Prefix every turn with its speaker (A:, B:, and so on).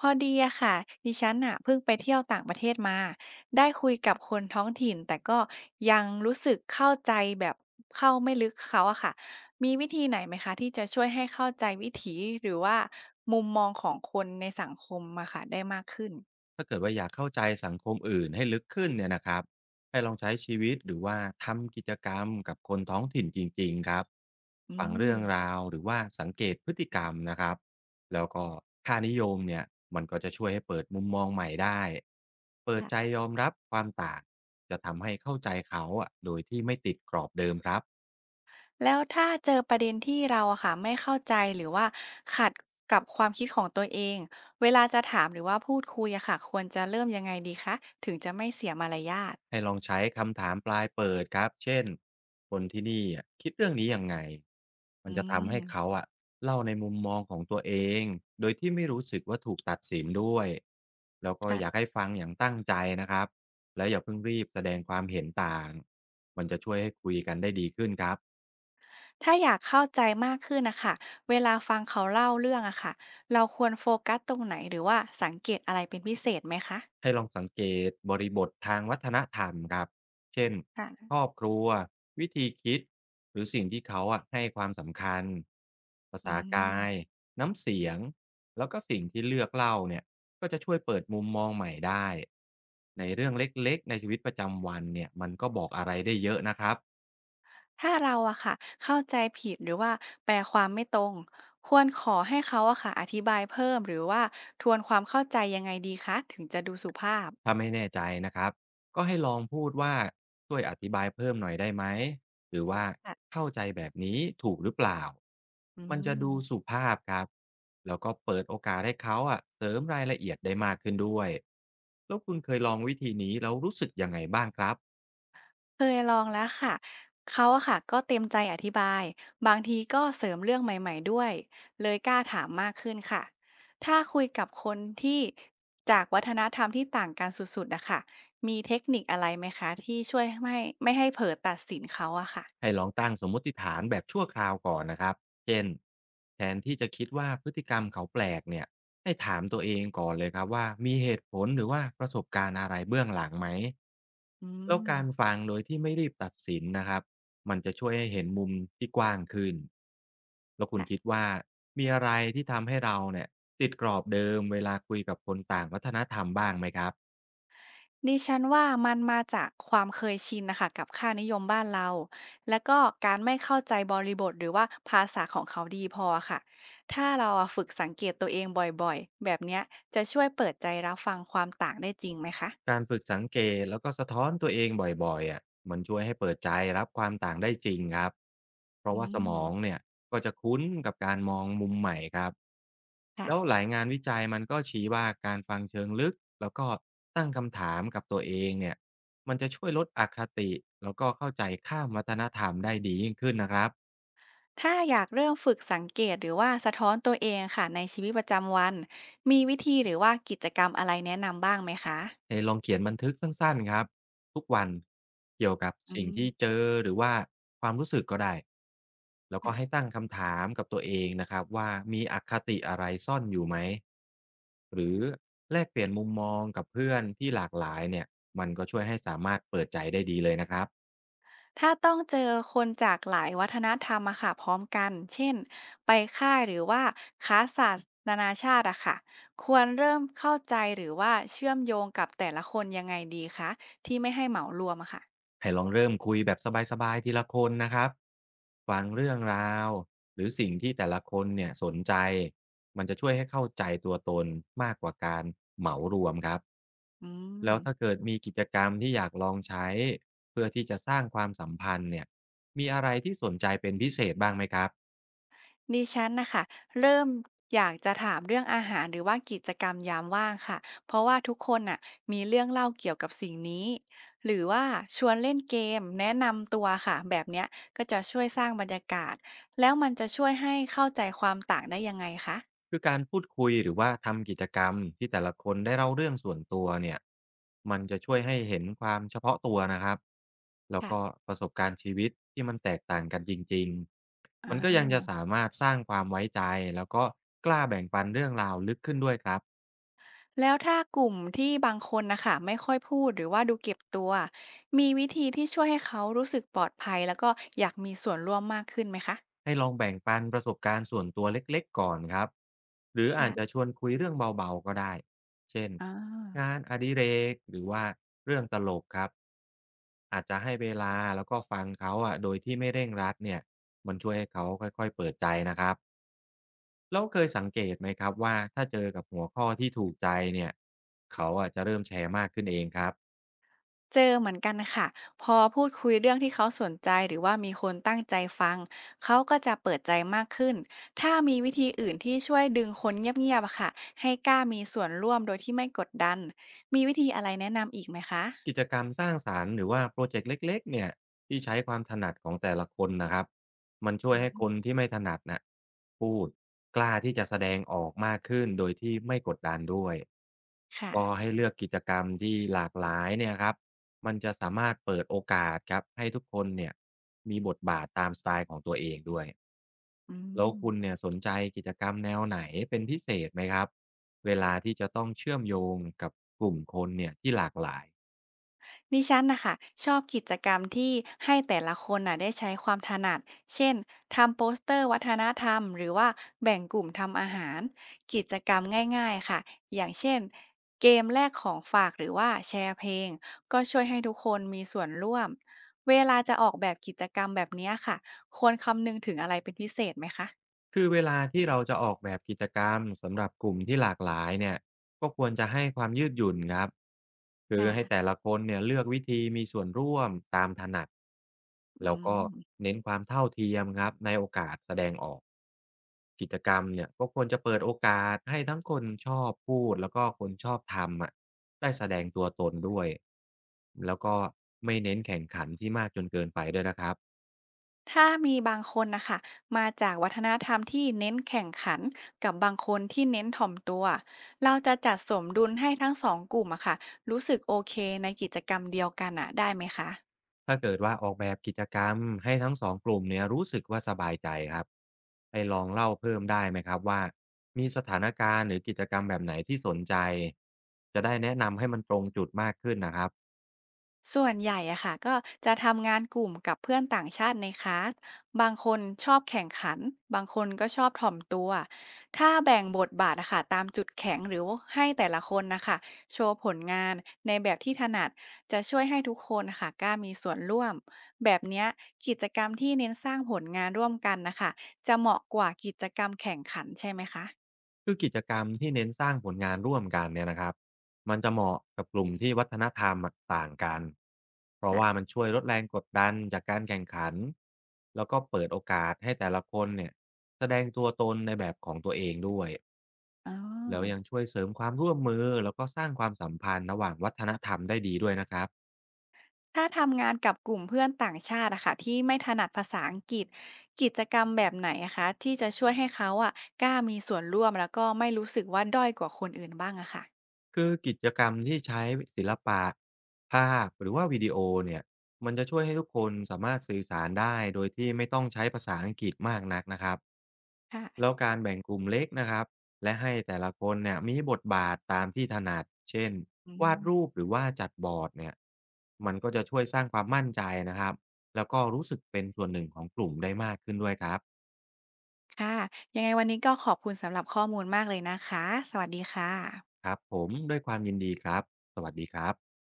A: พอดีอะค่ะดิฉันอะเพิ่งไปเที่ยวต่างประเทศมาได้คุยกับคนท้องถิ่นแต่ก็ยังรู้สึกเข้าใจแบบเข้าไม่ลึกเขาอะค่ะมีวิธีไหนไหมคะที่จะช่วยให้เข้าใจวิถีหรือว่ามุมมองของคนในสังคมอะค่ะได้มากขึ้น
B: ถ้าเกิดว่าอยากเข้าใจสังคมอื่นให้ลึกขึ้นเนี่ยนะครับให้ลองใช้ชีวิตหรือว่าทำกิจกรรมกับคนท้องถิ่นจริงๆครับ
A: อื
B: ฟัง
A: ม
B: เรื่องราวหรือว่าสังเกตพฤติกรรมนะครับแล้วก็ค่านิยมเนี่ยมันก็จะช่วยให้เปิดมุมมองใหม่ได้เปิดใจ
A: ค่ะ
B: ยอมรับความต่างจะทำให้เข้าใจเขาอะโดยที่ไม่ติดกรอบเดิมครับ
A: แล้วถ้าเจอประเด็นที่เราอะค่ะไม่เข้าใจหรือว่าขัดกับความคิดของตัวเองเวลาจะถามหรือว่าพูดคุยอะค่ะควรจะเริ่มยังไงดีคะถึงจะไม่เสียมารยาท
B: ให้ลองใช้คำถามปลายเปิดครับเช่นคนที่นี่อะคิดเรื่องนี้ยังไงมั
A: อื
B: นจะทำให้เขา
A: ม
B: อะเล่าในมุมมองของตัวเองโดยที่ไม่รู้สึกว่าถูกตัดสินด้วยแล้วก็
A: ค่ะ
B: อยากให้ฟังอย่างตั้งใจนะครับและอย่าเพิ่งรีบแสดงความเห็นต่างมันจะช่วยให้คุยกันได้ดีขึ้นครับ
A: ถ้าอยากเข้าใจมากขึ้นนะคะเวลาฟังเขาเล่าเรื่องอะค่ะเราควรโฟกัสตรงไหนหรือว่าสังเกตอะไรเป็นพิเศษไหมคะ
B: ให้ลองสังเกตบริบททางวัฒนธรรมครับ เช่นค
A: ค่ะ
B: รอบครัววิธีคิดหรือสิ่งที่เขาอะให้ความสำคัญภา
A: อื
B: ษากาย
A: ม
B: น้ำเสียงแล้วก็สิ่งที่เลือกเล่าเนี่ยก็จะช่วยเปิดมุมมองใหม่ได้ในเรื่องเล็กๆในชีวิตประจำวันเนี่ยมันก็บอกอะไรได้เยอะนะครับ
A: ถ้าเราอะค่ะเข้าใจผิดหรือว่าแปลความไม่ตรง ควรขอให้เขาอะค่ะอธิบายเพิ่มหรือว่าทวนความเข้าใจยังไงดีคะถึงจะดูสุภาพ
B: ถ้าไม่แน่ใจนะครับก็ให้ลองพูดว่าช่วยอธิบายเพิ่มหน่อยได้ไหมหรือว่า
A: ค่ะ
B: เข้าใจแบบนี้ถูกหรือเปล่า
A: อื
B: มันจะดูสุ
A: ม
B: ภาพครับแล้วก็เปิดโอกาสให้เขาอะเสริมรายละเอียดได้มากขึ้นด้วยแล้วคุณเคยลองวิธีนี้แล้วรู้สึกยังไงบ้างครับ
A: เคยลองแล้วค่ะเขาอะค่ะก็เต็มใจอธิบายบางทีก็เสริมเรื่องใหม่ๆด้วยเลยกล้าถามมากขึ้นค่ะถ้าคุยกับคนที่จากวัฒนธรรมที่ต่างกันสุดๆอะค่ะมีเทคนิคอะไรไหมคะที่ช่วยไม่ให้เผลอตัดสินเขาอะค่ะ
B: ให้ลองตั้งสมมติฐานแบบชั่วคราวก่อนนะครับ เช่นแทนที่จะคิดว่าพฤติกรรมเขาแปลกเนี่ยให้ถามตัวเองก่อนเลยครับว่ามีเหตุผลหรือว่าประสบการณ์อะไรเบื้องหลังไหม
A: อื
B: แล้ว
A: ม
B: การฟังโดยที่ไม่รีบตัดสินนะครับมันจะช่วยให้เห็นมุมที่กว้างขึ้นแล้วคุณคิดว่ามีอะไรที่ทำให้เราเนี่ยติดกรอบเดิมเวลาคุยกับคนต่างวัฒนธรรมบ้างไหมครับ
A: ดิฉันว่ามันมาจากความเคยชินนะคะกับค่านิยมบ้านเราแล้วก็การไม่เข้าใจบริบทหรือว่าภาษาของเขาดีพอค่ะถ้าเราอะฝึกสังเกตตัวเองบ่อยๆแบบเนี้ยจะช่วยเปิดใจรับฟังความต่างได้จริงไหมคะ
B: การฝึกสังเกตแล้วก็สะท้อนตัวเองบ่อยๆอ่ะมันช่วยให้เปิดใจรับความต่างได้จริงครับเพ
A: อื
B: ราะว่าสม
A: ม
B: องเนี่ยก็จะคุ้นกับการมองมุมใหม่ครับ
A: ค่ะ
B: แล้วหลายงานวิจัยมันก็ชี้ว่าการฟังเชิงลึกแล้วก็ตั้งคำถามกับตัวเองเนี่ยมันจะช่วยลดอคติแล้วก็เข้าใจข้ามวัฒนธรรมได้ดียิ่งขึ้นนะครับ
A: ถ้าอยากเริ่มฝึกสังเกตหรือว่าสะท้อนตัวเองค่ะในชีวิตประจำวันมีวิธีหรือว่ากิจกรรมอะไรแนะนำบ้างไหมคะ
B: ให้ลองเขียนบันทึกสั้นๆครับทุกวันเกี่ยวกับ
A: อื
B: สิ่งที่เจ
A: ม
B: อหรือว่าความรู้สึกก็ได้แล้วก็
A: ค่ะ
B: ให้ตั้งคำถามกับตัวเองนะครับว่ามีอคติอะไรซ่อนอยู่ไหมหรือแลกเปลี่ยนมุมมองกับเพื่อนที่หลากหลายเนี่ยมันก็ช่วยให้สามารถเปิดใจได้ดีเลยนะครับ
A: ถ้าต้องเจอคนจากหลายวัฒนธรรมอะค่ะพร้อมกัน เช่น ไปค่ายหรือว่าค้าสาสตร์นานาชาติอะค่ะควรเริ่มเข้าใจหรือว่าเชื่อมโยงกับแต่ละคนยังไงดีคะที่ไม่ให้เหมารวมอะค่ะ
B: ให้ลองเริ่มคุยแบบสบายๆทีละคนนะครับฟังเรื่องราวหรือสิ่งที่แต่ละคนเนี่ยสนใจมันจะช่วยให้เข้าใจตัวตนมากกว่าการเหมารวมครับ
A: อื
B: แล้วถ้า
A: ม
B: เกิดมีกิจกรรมที่อยากลองใช้เพื่อที่จะสร้างความสัมพันธ์เนี่ยมีอะไรที่สนใจเป็นพิเศษบ้างไหมครับ
A: ดิฉันนะคะเริ่มอยากจะถามเรื่องอาหารหรือว่ากิจกรรมยามว่างค่ะเพราะว่าทุกคนน่ะมีเรื่องเล่าเกี่ยวกับสิ่งนี้หรือว่าชวนเล่นเกมแนะนำตัวค่ะแบบเนี้ยก็จะช่วยสร้างบรรยากาศแล้วมันจะช่วยให้เข้าใจความต่างได้ยังไงคะ
B: คือการพูดคุยหรือว่าทำกิจกรรมที่แต่ละคนได้เล่าเรื่องส่วนตัวเนี่ยมันจะช่วยให้เห็นความเฉพาะตัวนะครับแล้ว
A: ค่ะ
B: ก็ประสบการณ์ชีวิตที่มันแตกต่างกันจริงๆ
A: อา
B: มันก็ยังจะ
A: ว
B: สามารถสร้างความไว้ใจแล้วก็กล้าแบ่งปันเรื่องราวลึกขึ้นด้วยครับ
A: แล้วถ้ากลุ่มที่บางคนนะคะไม่ค่อยพูดหรือว่าดูเก็บตัวมีวิธีที่ช่วยให้เขารู้สึกปลอดภัยแล้วก็อยากมีส่วนร่วมมากขึ้นไหมคะ
B: ให้ลองแบ่งปันประสบการณ์ส่วนตัวเล็กๆก่อนครับหรืออาจจะช
A: ค่ะ
B: วนคุยเรื่องเบาๆก็ได้เช่น
A: อา
B: งานอดิเรกหรือว่าเรื่องตลกครับอาจจะให้เวลาแล้วก็ฟังเขาอ่ะโดยที่ไม่เร่งรัดเนี่ยมันช่วยให้เขาค่อยๆเปิดใจนะครับแล้วเคยสังเกตไหมครับว่าถ้าเจอกับหัวข้อที่ถูกใจเนี่ยเขาอะจจะเริ่มแชร์มากขึ้นเองครับ
A: เจอเหมือนกันค่ะพอพูดคุยเรื่องที่เขาสนใจหรือว่ามีคนตั้งใจฟังเขาก็จะเปิดใจมากขึ้นถ้ามีวิธีอื่นที่ช่วยดึงคนเงียบๆอะค่ะให้กล้ามีส่วนร่วมโดยที่ไม่กดดันมีวิธีอะไรแนะนำอีกไหมคะ
B: กิจกรรมสร้างสรรค์หรือว่าโปรเจกต์เล็กๆเนี่ยที่ใช้ความถนัดของแต่ละคนนะครับมันช่ว
A: อื
B: ยให้ค
A: ม
B: นที่ไม่ถนัดน่ะพูดกล้าที่จะแสดงออกมากขึ้นโดยที่ไม่กดดันด้วย
A: ค่ะ
B: ก็ให้เลือกกิจกรรมที่หลากหลายเนี่ยครับมันจะสามารถเปิดโอกาสครับให้ทุกคนเนี่ยมีบทบาทตามสไตล์ของตัวเองด้วย
A: อื
B: แล้ว
A: ม
B: คุณเนี่ยสนใจกิจกรรมแนวไหนเป็นพิเศษไหมครับเวลาที่จะต้องเชื่อมโยงกับกลุ่มคนเนี่ยที่หลากหลาย
A: ดิฉันนะคะชอบกิจกรรมที่ให้แต่ละคนน่ะได้ใช้ความถนัด เช่นทำโปสเตอร์วัฒนธรรมหรือว่าแบ่งกลุ่มทำอาหารกิจกรรมง่ายๆค่ะ อย่างเช่นเกมแลกของฝากหรือว่าแชร์เพลงก็ช่วยให้ทุกคนมีส่วนร่วมเวลาจะออกแบบกิจกรรมแบบเนี้ยค่ะควรคำนึงถึงอะไรเป็นพิเศษไหมคะ
B: คือเวลาที่เราจะออกแบบกิจกรรมสำหรับกลุ่มที่หลากหลายเนี่ยก็ควรจะให้ความยืดหยุ่นครับคือ
A: ค่ะ
B: ให้แต่ละคนเนี่ยเลือกวิธีมีส่วนร่วมตามถนัด
A: อื
B: แล้ว
A: ม
B: ก็เน้นความเท่าเทียมครับในโอกาสแสดงออกกิจกรรมเนี่ยก็ควรจะเปิดโอกาสให้ทั้งคนชอบพูดแล้วก็คนชอบทำอ่ะได้แสดงตัวตนด้วยแล้วก็ไม่เน้นแข่งขันที่มากจนเกินไปด้วยนะครับ
A: ถ้ามีบางคนนะคะมาจากวัฒนธรรมที่เน้นแข่งขันกับบางคนที่เน้นถ่อมตัวเราจะจัดสมดุลให้ทั้งสองกลุ่มอะค่ะรู้สึกโอเคในกิจกรรมเดียวกันอะได้ไหมคะ
B: ถ้าเกิดว่าออกแบบกิจกรรมให้ทั้งสองกลุ่มเนี่ยรู้สึกว่าสบายใจครับให้ลองเล่าเพิ่มได้ไหมครับว่ามีสถานการณ์หรือกิจกรรมแบบไหนที่สนใจจะได้แนะนำให้มันตรงจุดมากขึ้นนะครับ
A: ส่วนใหญ่อะค่ะก็จะทำงานกลุ่มกับเพื่อนต่างชาติในคลาสบางคนชอบแข่งขันบางคนก็ชอบถ่อมตัวถ้าแบ่งบทบาทอะค่ะตามจุดแข็งหรือให้แต่ละคนนะคะโชว์ผลงานในแบบที่ถนัดจะช่วยให้ทุกคนนะคะกล้ามีส่วนร่วมแบบเนี้ยกิจกรรมที่เน้นสร้างผลงานร่วมกันนะคะจะเหมาะกว่ากิจกรรมแข่งขันใช่ไหมคะ
B: คือกิจกรรมที่เน้นสร้างผลงานร่วมกันเนี่ยนะครับมันจะเหมาะกับกลุ่มที่วัฒนธรรมต่างกันเพราะ
A: อ่ะ
B: ว่ามันช่วยลดแรงกดดันจากการแข่งขันแล้วก็เปิดโอกาสให้แต่ละคนเนี่ยแสดงตัวตนในแบบของตัวเองด้วย
A: อ๋อ
B: แล้วยังช่วยเสริมความร่วมมือแล้วก็สร้างความสัมพันธ์ระหว่างวัฒนธรรมได้ดีด้วยนะครับ
A: ถ้าทำงานกับกลุ่มเพื่อนต่างชาติอะค่ะที่ไม่ถนัดภาษาอังกฤษกิจกรรมแบบไหนอะคะที่จะช่วยให้เขาอะกล้ามีส่วนร่วมแล้วก็ไม่รู้สึกว่าด้อยกว่าคนอื่นบ้างอะค่ะ
B: คือกิจกรรมที่ใช้ศิลปะภาพหรือว่าวิดีโอเนี่ยมันจะช่วยให้ทุกคนสามารถสื่อสารได้โดยที่ไม่ต้องใช้ภาษาอังกฤษมากนักนะครับแล้ว
A: ค่ะ
B: การแบ่งกลุ่มเล็กนะครับและให้แต่ละคนเนี่ยมีบทบาทตามที่ถนัดเช่น
A: อื
B: วาด
A: ม
B: รูปหรือว่าจัดบอร์ดเนี่ยมันก็จะช่วยสร้างความมั่นใจนะครับแล้วก็รู้สึกเป็นส่วนหนึ่งของกลุ่มได้มากขึ้นด้วยครับ
A: ค่ะยังไงวันนี้ก็ขอบคุณสำหรับข้อมูลมากเลยนะคะสวัสดีค่ะ
B: ครับผมด้วยความยินดีครับสวัสดีครับ